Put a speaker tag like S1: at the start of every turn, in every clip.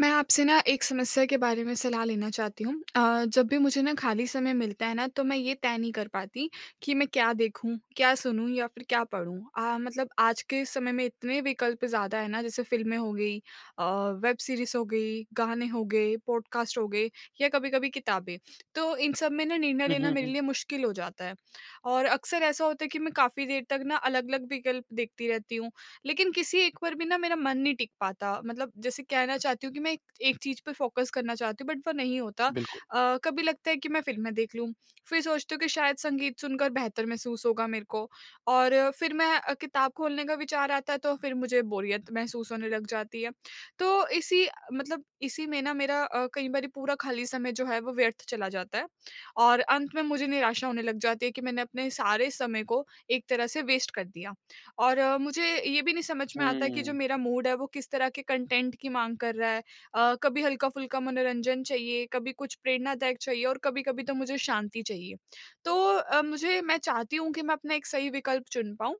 S1: मैं आपसे ना एक समस्या के बारे में सलाह लेना चाहती हूँ। जब भी मुझे ना खाली समय मिलता है ना, तो मैं ये तय नहीं कर पाती कि मैं क्या देखूँ, क्या सुनूँ या फिर क्या पढ़ूँ। मतलब आज के समय में इतने विकल्प ज़्यादा है ना, जैसे फ़िल्में हो गई, अ, वेब सीरीज़ हो गई, गाने हो गए, पॉडकास्ट हो गए या कभी-कभी किताबें। तो इन सब में ना निर्णय
S2: हुँ,
S1: लेना
S2: हुँ,
S1: मेरे
S2: हुँ।
S1: लिए मुश्किल हो जाता है। और अक्सर ऐसा होता है कि मैं काफ़ी देर तक ना अलग-अलग विकल्प देखती रहती हूँ, लेकिन किसी एक पर भी ना मेरा मन नहीं टिक पाता। मतलब जैसे कहना चाहती हूँ कि मैं एक चीज़ पे फोकस करना चाहती हूँ, बट वो नहीं होता।
S2: बिल्कुल।
S1: कभी लगता है कि मैं फिल्में देख लूँ, फिर सोचती हूँ कि शायद संगीत सुनकर बेहतर महसूस होगा मेरे को, और फिर मैं किताब खोलने का विचार आता है तो फिर मुझे बोरियत महसूस होने लग जाती है। तो इसी मतलब इसी में ना मेरा, कई बार पूरा खाली समय जो है वो व्यर्थ चला जाता है, और अंत में मुझे निराशा होने लग जाती है कि मैंने अपने सारे समय को एक तरह से वेस्ट कर दिया। और मुझे ये भी नहीं समझ में आता कि जो
S2: हुँ।
S1: मेरा मूड है वो किस तरह के कंटेंट की माँग कर रहा है। कभी हल्का-फुल्का मनोरंजन चाहिए, कभी कुछ प्रेरणादायक चाहिए और कभी-कभी तो मुझे शांति चाहिए। तो मुझे मैं चाहती हूँ कि मैं अपना एक सही विकल्प चुन पाऊँ,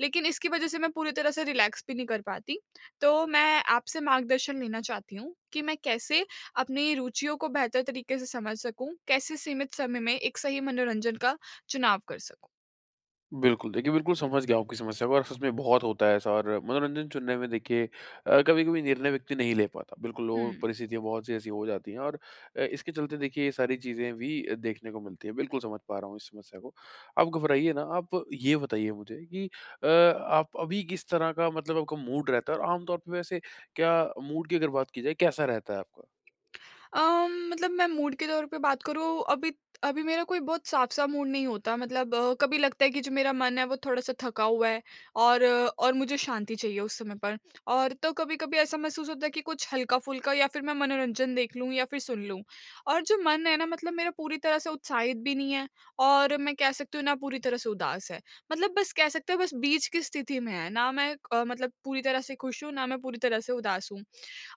S1: लेकिन इसकी वज़ह से मैं पूरी तरह से रिलैक्स भी नहीं कर पाती। तो मैं आपसे मार्गदर्शन लेना चाहती हूँ कि मैं कैसे अपनी रुचियों को बेहतर तरीके से समझ सकूँ? कैसे सीमित समय में एक सही मनोरंजन का चुनाव कर सकूँ?
S2: बिल्कुल, देखिए बिल्कुल समझ गया हूँ आपकी समस्या को, और सच में बहुत होता है ऐसा। और मनोरंजन चुनने में देखिए कभी-कभी निर्णय व्यक्ति नहीं ले पाता। बिल्कुल, वो
S1: हुँ।
S2: परिस्थितियाँ बहुत सी ऐसी हो जाती हैं, और इसके चलते देखिए ये सारी चीज़ें भी देखने को मिलती हैं। बिल्कुल समझ पा रहा हूँ इस समस्या को। आप घबराइए ना, आप ये बताइए मुझे कि आप अभी किस तरह का, मतलब आपका मूड रहता है? और आम तौर पे वैसे क्या, मूड की अगर बात की जाए, कैसा रहता है आपका?
S1: मतलब मैं मूड के तौर पे बात करूँ अभी। अभी मेरा कोई बहुत साफ-सा मूड नहीं होता, मतलब कभी लगता है कि जो मेरा मन है वो थोड़ा-सा थका हुआ है, और अ, और मुझे शांति चाहिए उस समय पर। और तो कभी-कभी ऐसा महसूस होता है कि कुछ हल्का-फुल्का, या फिर मैं मनोरंजन देख लूँ या फिर सुन लूँ। और जो मन है ना, मतलब मेरा पूरी तरह से उत्साहित भी नहीं है, और मैं कह सकती हूँ ना पूरी तरह से उदास है। मतलब बस कह सकते हो बस बीच की स्थिति में है, ना मैं मतलब पूरी तरह से खुश हूँ, ना मैं पूरी तरह से उदास हूँ।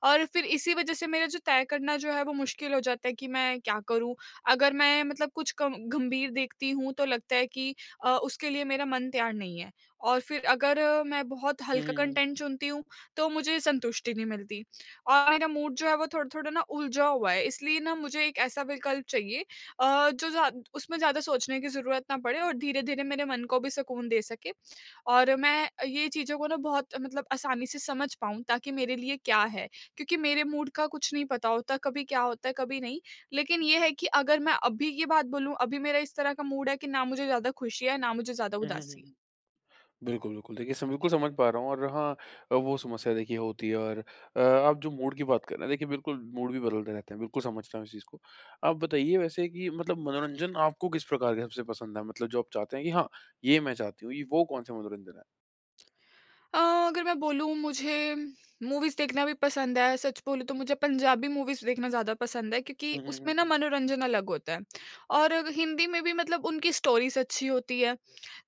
S1: और फिर इसी वजह से मेरा जो तय करना जो है वो मुश्किल हो जाता है कि मैं क्या करूँ? अगर मैं मतलब कुछ कम गंभीर देखती हूँ तो लगता है कि उसके लिए मेरा मन तैयार नहीं है, और फिर अगर मैं बहुत
S2: हुँ,
S1: हल्का
S2: हुँ, हुँ।
S1: कंटेंट चुनती हूँ, तो मुझे संतुष्टि नहीं मिलती और मेरा मूड जो है वो थोड़ा-थोड़ा ना उलझा हुआ है। इसलिए ना मुझे एक ऐसा विकल्प चाहिए जो ज़्या उसमें ज़्यादा सोचने की ज़रूरत ना पड़े और धीरे-धीरे मेरे मन को भी सुकून दे सके, और मैं ये चीज़ों को ना बहुत मतलब आसानी से समझ पाऊँ ताकि मेरे लिए क्या है? क्योंकि मेरे मूड का कुछ नहीं पता होता, कभी क्या होता है, कभी नहीं। लेकिन ये है कि अगर मैं अभी की बात बोलूँ, अभी मेरा इस तरह का मूड है कि ना मुझे ज़्यादा खुशी है, ना मुझे ज़्यादा
S2: हुँ, हुँ, हुँ,
S1: उदासी है।
S2: हुँ। बिल्कुल, बिल्कुल। देखिए, सम बिल्कुल समझ पा रहा हूँ। और हाँ, वो समस्या देखिए होती है। और आप जो मूड की बात कर रहे हैं, देखिए बिल्कुल, मूड भी बदलते रहते हैं। बिल्कुल समझता हूँ इस चीज़ को। आप बताइए वैसे कि मतलब मनोरंजन आपको किस प्रकार का सबसे पसंद है? मतलब जो आप चाहते हैं कि हाँ, ये मैं चाहती हूँ, ये, वो कौन-से मनोरंजन है?
S1: अ, अगर मैं बोलूँ, मुझे मूवीज़ देखना भी पसंद है। सच बोलूँ तो मुझे पंजाबी मूवीज़ देखना ज़्यादा पसंद है, क्योंकि
S2: हुँ, हुँ,
S1: उसमें
S2: हुँ,
S1: ना
S2: हुँ।
S1: मनोरंजन अलग होता है, और हिंदी में भी मतलब उनकी स्टोरीज़ अच्छी होती है।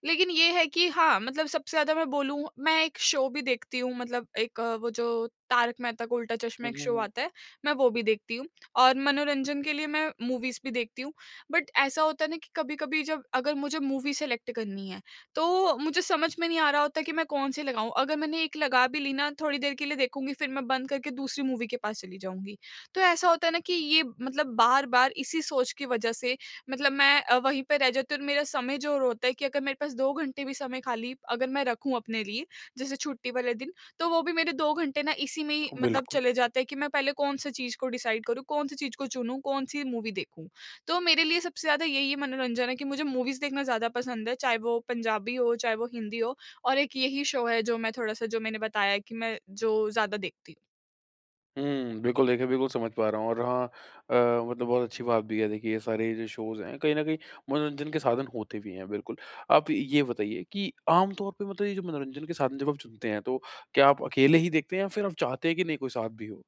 S1: लेकिन ये है कि हाँ, मतलब सबसे ज़्यादा मैं बोलूँ, मैं एक शो भी देखती हूँ, मतलब एक वो जो तारक मेहता का उल्टा चश्मा
S2: हुँ,
S1: एक
S2: हुँ,
S1: शो
S2: हुँ।
S1: आता है, मैं वो भी देखती हूँ, और मनोरंजन के लिए मैं मूवीज़ भी देखती हूँ। बट ऐसा होता है ना कि कभी-कभी जब अगर मुझे मूवी सेलेक्ट करनी है, तो मुझे समझ में नहीं आ रहा होता कि मैं कौन-सी लगाऊँ। अगर मैंने एक लगा भी ली ना, थोड़ी देर के लिए देखूँगी, फिर मैं बंद करके दूसरी मूवी के पास चली जाऊँगी। तो ऐसा होता है ना कि ये मतलब बार-बार इसी सोच की वजह से मतलब मैं वहीं पे रह जाती हूँ, और मेरा समय जो होता है कि अगर मेरे पास 2 घंटे भी समय खाली अगर मैं रखूँ अपने लिए, जैसे छुट्टी वाले दिन, तो वो भी मेरे 2 घंटे ना इसी में ही मतलब
S2: बिल्कुल।
S1: चले जाते हैं कि मैं पहले कौन-सी चीज़ को डिसाइड करूँ, कौन-सी चीज़ को चुनूँ, कौन-सी मूवी देखूँ। तो मेरे लिए सबसे ज़्यादा यही मनोरंजन है कि मुझे मूवीज़ देखना ज़्यादा पसंद है, चाहे वो पंजाबी हो, चाहे वो हिंदी हो, और एक यही शो है जो मैं थोड़ा-सा जो मैंने बताया कि मैं जो ज़्यादा देखती हूँ।
S2: हुँ, बिल्कुल देखिए, बिल्कुल समझ पा रहा हूँ। और हाँ, मतलब बहुत अच्छी बात भी है देखिए, ये सारे जो शोज़ हैं, कहीं न कहीं मनोरंजन के साधन होते भी हैं, बिल्कुल। आप ये बताइए कि आम तौर पे, मतलब ये जो मनोरंजन के साधन जब आप चुनते हैं, तो क्या आप अकेले ही देखते हैं, या फिर आप चाहते हैं कि नहीं, कोई साथ भी हो?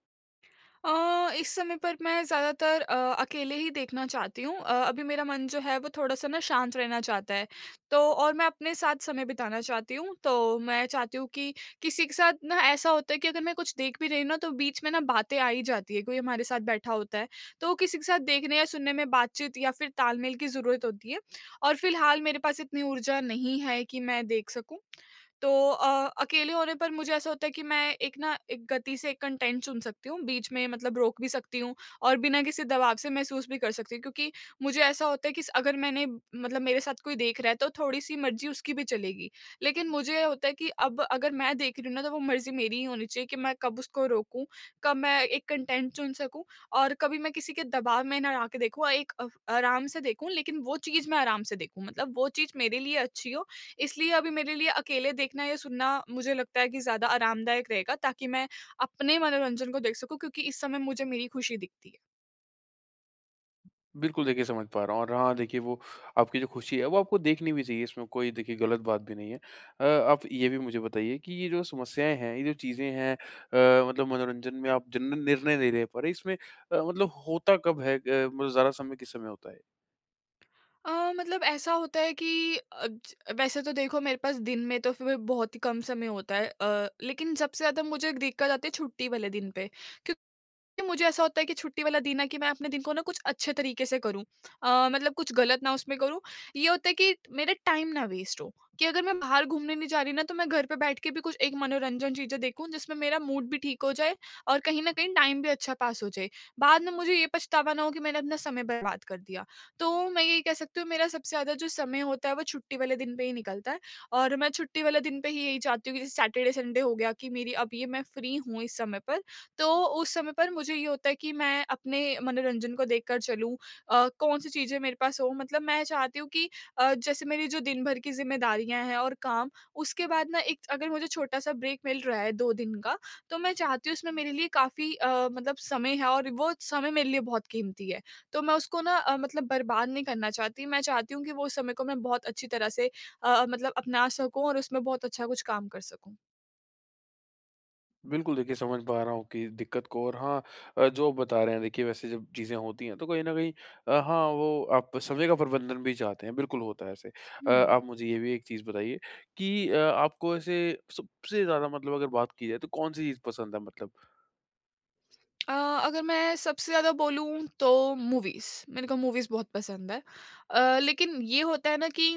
S1: अ, इस समय पर मैं ज़्यादातर अकेले ही देखना चाहती हूँ। अभी मेरा मन जो है वो थोड़ा-सा ना शांत रहना चाहता है, तो और मैं अपने साथ समय बिताना चाहती हूँ। तो मैं चाहती हूँ कि किसी के साथ ना, ऐसा होता है कि अगर मैं कुछ देख भी रही हूँ ना, तो बीच में ना बातें आ ही जाती है, कोई हमारे साथ बैठा होता है, तो वो किसी के साथ देखने या सुनने में बातचीत या फिर तालमेल की ज़रूरत होती है। और फिलहाल मेरे पास इतनी ऊर्जा नहीं है कि मैं देख सकूँ। तो अकेले होने पर मुझे ऐसा होता है कि मैं एक ना एक गति से एक कंटेंट चुन सकती हूँ, बीच में मतलब रोक भी सकती हूँ और बिना किसी दबाव से महसूस भी कर सकती हूँ, क्योंकि मुझे ऐसा होता है कि स अगर मैंने मतलब मेरे साथ कोई देख रहा है तो थोड़ी-सी मर्ज़ी उसकी भी चलेगी। लेकिन मुझे ये होता है कि अब अगर मैं देख रही हूँ ना, तो वो मर्ज़ी मेरी ही होनी चाहिए कि मैं कब उसको रोकूँ, कब मैं एक कंटेंट चुन सकूँ, और कभी मैं किसी के दबाव में ना आके देखूँ, एक अफ आराम से देखूँ, लेकिन वो चीज़ मैं आराम से देखूँ। मतलब वो चीज़ मेरे लिए अच्छी हो, इसलिए अभी मेरे लिए अकेले देखना या सुनना मुझे लगता है कि ज़्यादा आरामदायक रहेगा, ताकि मैं अपने मनोरंजन को देख सकूँ, क्योंकि इस समय मुझे मेरी खुशी दिखती है।
S2: बिल्कुल देखिए, समझ पा रहा हूँ। और हाँ देखिए, वो आपकी जो खुशी है वो आपको देखनी भी चाहिए, इसमें कोई देखिए गलत बात भी नहीं है। अ, आप ये भी मुझे बताइए कि ये जो समस्याएँ हैं, ये जो चीज़ें हैं, मतलब मनोरंजन में आप जिन निर्णय नहीं ले पा रहे, पर इसमें मतलब होता कब है? मतलब ज़्यादा समय किस समय होता है?
S1: मतलब ऐसा होता है कि ज वैसे तो देखो मेरे पास दिन में तो फिर बहुत ही कम समय होता है, लेकिन सबसे ज़्यादा मुझे दिक्कत आती है छुट्टी वाले दिन पे, क्यों कि मुझे ऐसा होता है कि छुट्टी वाला दिन है कि मैं अपने दिन को ना कुछ अच्छे तरीके से करूँ, मतलब कुछ गलत ना उसमें करूँ। ये होता है कि मेरा टाइम ना वेस्ट हो, कि अगर मैं बाहर घूमने नहीं जा रही ना, तो मैं घर पे बैठ के भी कुछ एक मनोरंजन चीज़ें देखूँ जिसमें मेरा मूड भी ठीक हो जाए और कहीं न कहीं टाइम भी अच्छा पास हो जाए। बाद में मुझे ये पछतावा ना हो कि मैंने अपना समय बर्बाद कर दिया। तो मैं यही कह सकती हूँ, मेरा सबसे ज़्यादा जो समय होता है वो छुट्टी वाले दिन पे ही निकलता है, और मैं छुट्टी वाले दिन पे ही यही चाहती हूँ कि जैसे सैटरडे, संडे हो गया कि मेरी अब ये मैं फ्री हूँ इस समय पर, तो उस समय पर मुझे ये होता है कि मैं अपने मनोरंजन को देखकर चलूँ। कौन-सी चीज़ें मेरे पास हो, मतलब मैं चाहती हूँ कि जैसे मेरी जो दिन भर की ज़िम्मेदारियाँ हैं और काम, उसके बाद ना एक अगर मुझे छोटा-सा ब्रेक मिल रहा है 2 दिन का, तो मैं चाहती हूँ उसमें मेरे लिए काफ़ी मतलब समय है, और वो समय मेरे लिए बहुत कीमती है। तो मैं उसको ना मतलब बर्बाद नहीं करना चाहती, मैं चाहती हूँ कि वो समय को मैं बहुत अच्छी तरह से मतलब अपना सकूँ, और उसमें बहुत अच्छा कुछ काम कर सकूँ।
S2: बिल्कुल देखिए, समझ पा रहा हूँ कि दिक्कत को। और हाँ, जो आप बता रहे हैं देखिए, वैसे जब चीज़ें होती हैं तो कहीं न कहीं, हाँ वो आप समय का प्रबंधन भी चाहते हैं, बिल्कुल होता है ऐसे।
S1: हुँ।
S2: आप मुझे ये भी एक चीज़ बताइए कि आपको ऐसे सबसे ज़्यादा, मतलब अगर बात की जाए तो कौन-सी चीज़ पसंद है, मतलब?
S1: अ, अगर मैं सबसे ज़्यादा बोलूँ तो मूवीज़, मेरे को मूवीज़ बहुत पसंद है। लेकिन ये होता है ना कि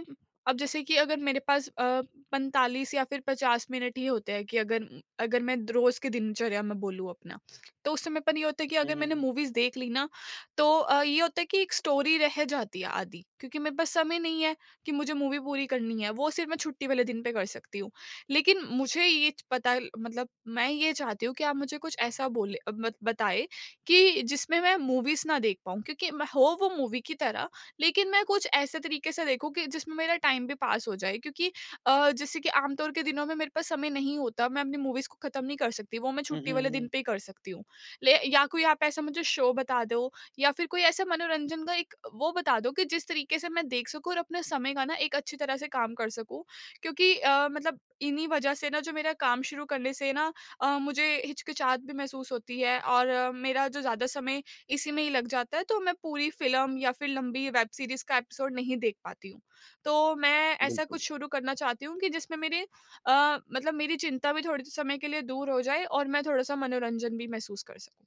S1: अब जैसे कि अगर मेरे पास 45 या फिर 50 मिनट ही होते हैं, कि अगर अगर मैं रोज़ की दिनचर्या में बोलूँ अपना, तो उस समय पर ये होता है कि
S2: हुँ,
S1: अगर
S2: हुँ,
S1: मैंने
S2: हुँ।
S1: मूवीज़ देख ली ना, तो ये होता है कि एक स्टोरी रह जाती है आधी, क्योंकि मेरे पास समय नहीं है कि मुझे मूवी पूरी करनी है, वो सिर्फ़ मैं छुट्टी वाले दिन पे कर सकती हूँ। लेकिन मुझे ये च पता, मतलब मैं ये चाहती हूँ कि आप मुझे कुछ ऐसा बोले मत बताएँ, कि जिसमें मैं मूवीज़ ना देख पाऊँ, क्योंकि मैं हो वो मूवी की तरह, लेकिन मैं कुछ ऐसे तरीके से देखूँ कि जिसमें मेरा टाइम भी पास हो जाए, क्योंकि जैसे कि आम तौर के दिनों में मेरे पास समय नहीं होता, मैं अपनी मूवीज़ को ख़त्म नहीं कर सकती, वो मैं
S2: हुँ,
S1: छुट्टी
S2: हुँ,
S1: वाले
S2: हुँ।
S1: दिन पे ही कर सकती हूँ। ले या कोई आप ऐसा मुझे शो बता दो, या फिर कोई ऐसा मनोरंजन का एक वो बता दो कि जिस तरीके से मैं देख सकूँ, और अपने समय का ना एक अच्छी तरह से काम कर सकूँ, क्योंकि मतलब इन्हीं वजह से ना जो मेरा काम शुरू करने से ना मुझे हिचकिचाहट भी महसूस होती है, और मेरा जो ज़्यादा समय इसी में ही लग जाता है, तो मैं पूरी फ़िल्म या फिर लंबी वेब सीरीज़ का एपिसोड नहीं देख पाती हूँ। तो मैं ऐसा
S2: बिल्कुल।
S1: कुछ शुरू करना चाहती हूँ कि जिसमें मेरे अ, मतलब मेरी चिंता भी थोड़े समय के लिए दूर हो जाए, और मैं थोड़ा-सा मनोरंजन भी महसूस कर सकूँ।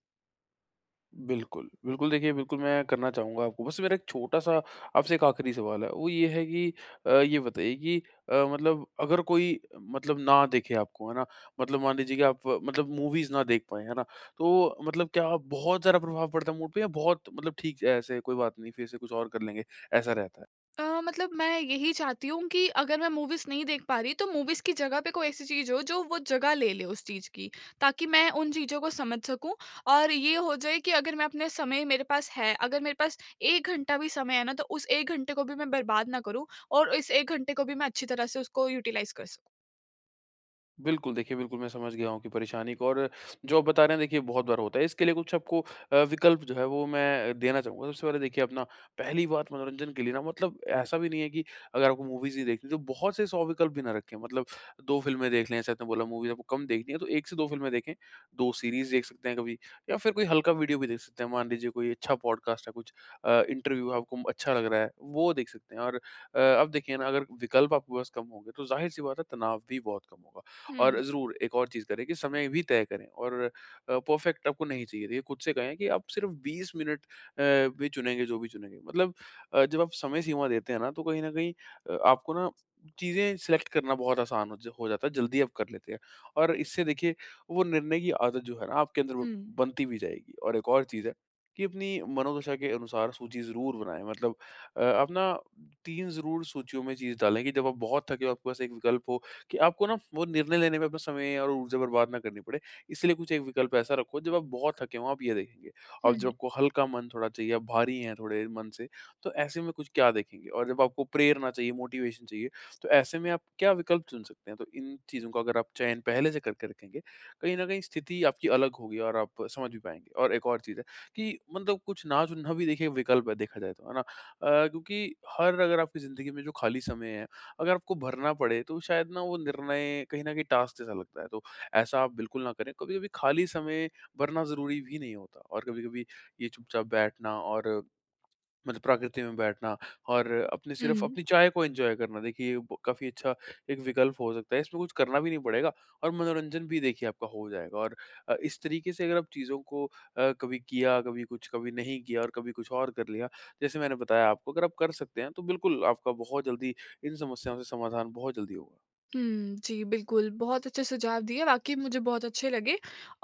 S2: बिल्कुल, बिल्कुल देखिए, बिल्कुल मैं करना चाहूँगा आपको। बस मेरा एक छोटा-सा, आपसे एक आखिरी सवाल है, वो ये है कि ये बताइए कि मतलब अगर कोई मतलब ना देखे आपको, है ना? मतलब मान लीजिए कि आप मतलब मूवीज़ ना देख पाएँ, है ना? तो मतलब क्या बहुत ज़्यादा प्रभाव पड़ता है मूड पे, या बहुत मतलब ठीक है, ऐसे कोई बात नहीं, फिर से कुछ और कर लेंगे, ऐसा रहता है?
S1: मतलब मैं यही चाहती हूँ कि अगर मैं मूवीज़ नहीं देख पा रही तो मूवीज़ की जगह पे कोई ऐसी चीज़ हो जो वो जगह ले ले उस चीज़ की, ताकि मैं उन चीज़ों को समझ सकूँ और ये हो जाए कि अगर मैं अपने समय मेरे पास है, अगर मेरे पास 1 घंटा भी समय है ना, तो उस 1 घंटे को भी मैं बर्बाद ना करूँ और इस 1 घंटे को भी मैं अच्छी तरह से उसको यूटिलाइज़ कर सकूँ।
S2: बिल्कुल, देखिए बिल्कुल मैं समझ गया हूँ आपकी परेशानी को। और जो आप बता रहे हैं देखिए, बहुत बार होता है। इसके लिए कुछ आपको विकल्प जो है वो मैं देना चाहूँगा। सबसे पहले देखिए अपना, पहली बात, मनोरंजन के लिए ना, मतलब ऐसा भी नहीं है कि अगर आपको मूवीज़ ही देखनी है तो बहुत से 100 विकल्प भी ना रखें। मतलब 2 फ़िल्में देख लें, जैसे आपने बोला मूवीज़ आपको कम देखनी है, तो 1 से 2 फ़िल्में देखें, 2 सीरीज़ देख सकते हैं कभी, या फिर कोई हल्का वीडियो भी देख सकते हैं। मान लीजिए कोई अच्छा पॉडकास्ट है, कुछ इंटरव्यू आपको अच्छा लग रहा है, वो देख सकते हैं। और अब देखिए ना, अगर विकल्प आपके पास कम होंगे तो ज़ाहिर-सी बात है, तनाव भी बहुत कम होगा। और
S1: हुँ,
S2: ज़रूर एक और चीज़ करें कि समय भी तय करें। और परफेक्ट आपको नहीं चाहिए देखिए, खुद से कहें कि आप सिर्फ 20 मिनट भी चुनेंगे, जो भी चुनेंगे, मतलब जब आप समय सीमा देते हैं ना, तो कहीं न कहीं आपको ना चीज़ें सिलेक्ट करना बहुत आसान हो जाता है, जल्दी आप कर लेते हैं। और इससे देखिए, वो निर्णय की आदत जो है ना, आपके अंदर ब
S1: हुँ,
S2: बनती भी जाएगी। और एक और चीज़ है कि अपनी मनोदशा के अनुसार सूची ज़रूर बनाएँ, मतलब आप ना 3 ज़रूर सूचियों में चीज़ डालें, कि जब आप बहुत थके हो आपके पास एक विकल्प हो, कि आपको ना वो निर्णय लेने में अपना समय और ऊर्जा बर्बाद ना करनी पड़े। इसीलिए कुछ एक विकल्प ऐसा रखो, जब आप बहुत थके हों, आप ये देखेंगे। और जब
S1: हुँ,
S2: आपको हल्का मन थोड़ा चाहिए, आप भारी हैं थोड़े मन से, तो ऐसे में कुछ क्या देखेंगे? और जब आपको प्रेरणा चाहिए, मोटिवेशन चाहिए, तो ऐसे में आप क्या विकल्प चुन सकते हैं? तो इन चीज़ों का अगर आप चयन पहले से करके रखेंगे, कहीं न कहीं स्थिति आपकी अलग होगी और आप समझ भी पाएँगे। और एक और चीज़ है कि मतलब कुछ ना चुनना भी देखिए विकल्प है देखा जाए तो, है ना? क्योंकि हर अगर आपकी ज़िंदगी में जो खाली समय है, अगर आपको भरना पड़े तो शायद ना वो निर्णय कहीं न कहीं टास्क जैसा लगता है, तो ऐसा आप बिल्कुल ना करें। कभी-कभी खाली समय भरना ज़रूरी भी नहीं होता, और कभी-कभी ये चुपचाप बैठना और मतलब प्रकृति में बैठना, और अपने
S1: हुँ।
S2: सिर्फ अपनी चाय को एन्जॉय करना देखिए, ये ब काफ़ी अच्छा एक विकल्प हो सकता है। इसमें कुछ करना भी नहीं पड़ेगा और मनोरंजन भी देखिए आपका हो जाएगा। और इस तरीके से अगर आप चीज़ों को कभी किया, कभी कुछ, कभी नहीं किया और कभी कुछ और कर लिया, जैसे मैंने बताया आपको, अगर आप कर सकते हैं तो बिल्कुल आपका बहुत जल्दी इन समस्याओं से समाधान बहुत जल्दी होगा।
S1: हुँ, जी, बिल्कुल, बहुत अच्छे सुझाव दिए, वाक़ई मुझे बहुत अच्छे लगे,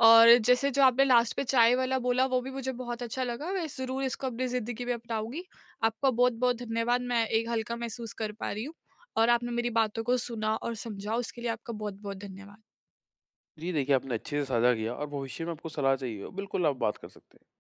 S1: और जैसे जो आपने लास्ट पे चाय वाला बोला, वो भी मुझे बहुत अच्छा लगा, मैं ज़रूर इसको अपनी ज़िंदगी में अपनाऊँगी। आपका बहुत-बहुत धन्यवाद, मैं एक हल्का महसूस कर पा रही हूँ, और आपने मेरी बातों को सुना और समझा, उसके लिए आपका बहुत-बहुत धन्यवाद।
S2: जी देखिए, आपने अच्छे से साझा किया, और भविष्य में आपको सलाह चाहिए हो, बिल्कुल आप बात कर सकते हैं।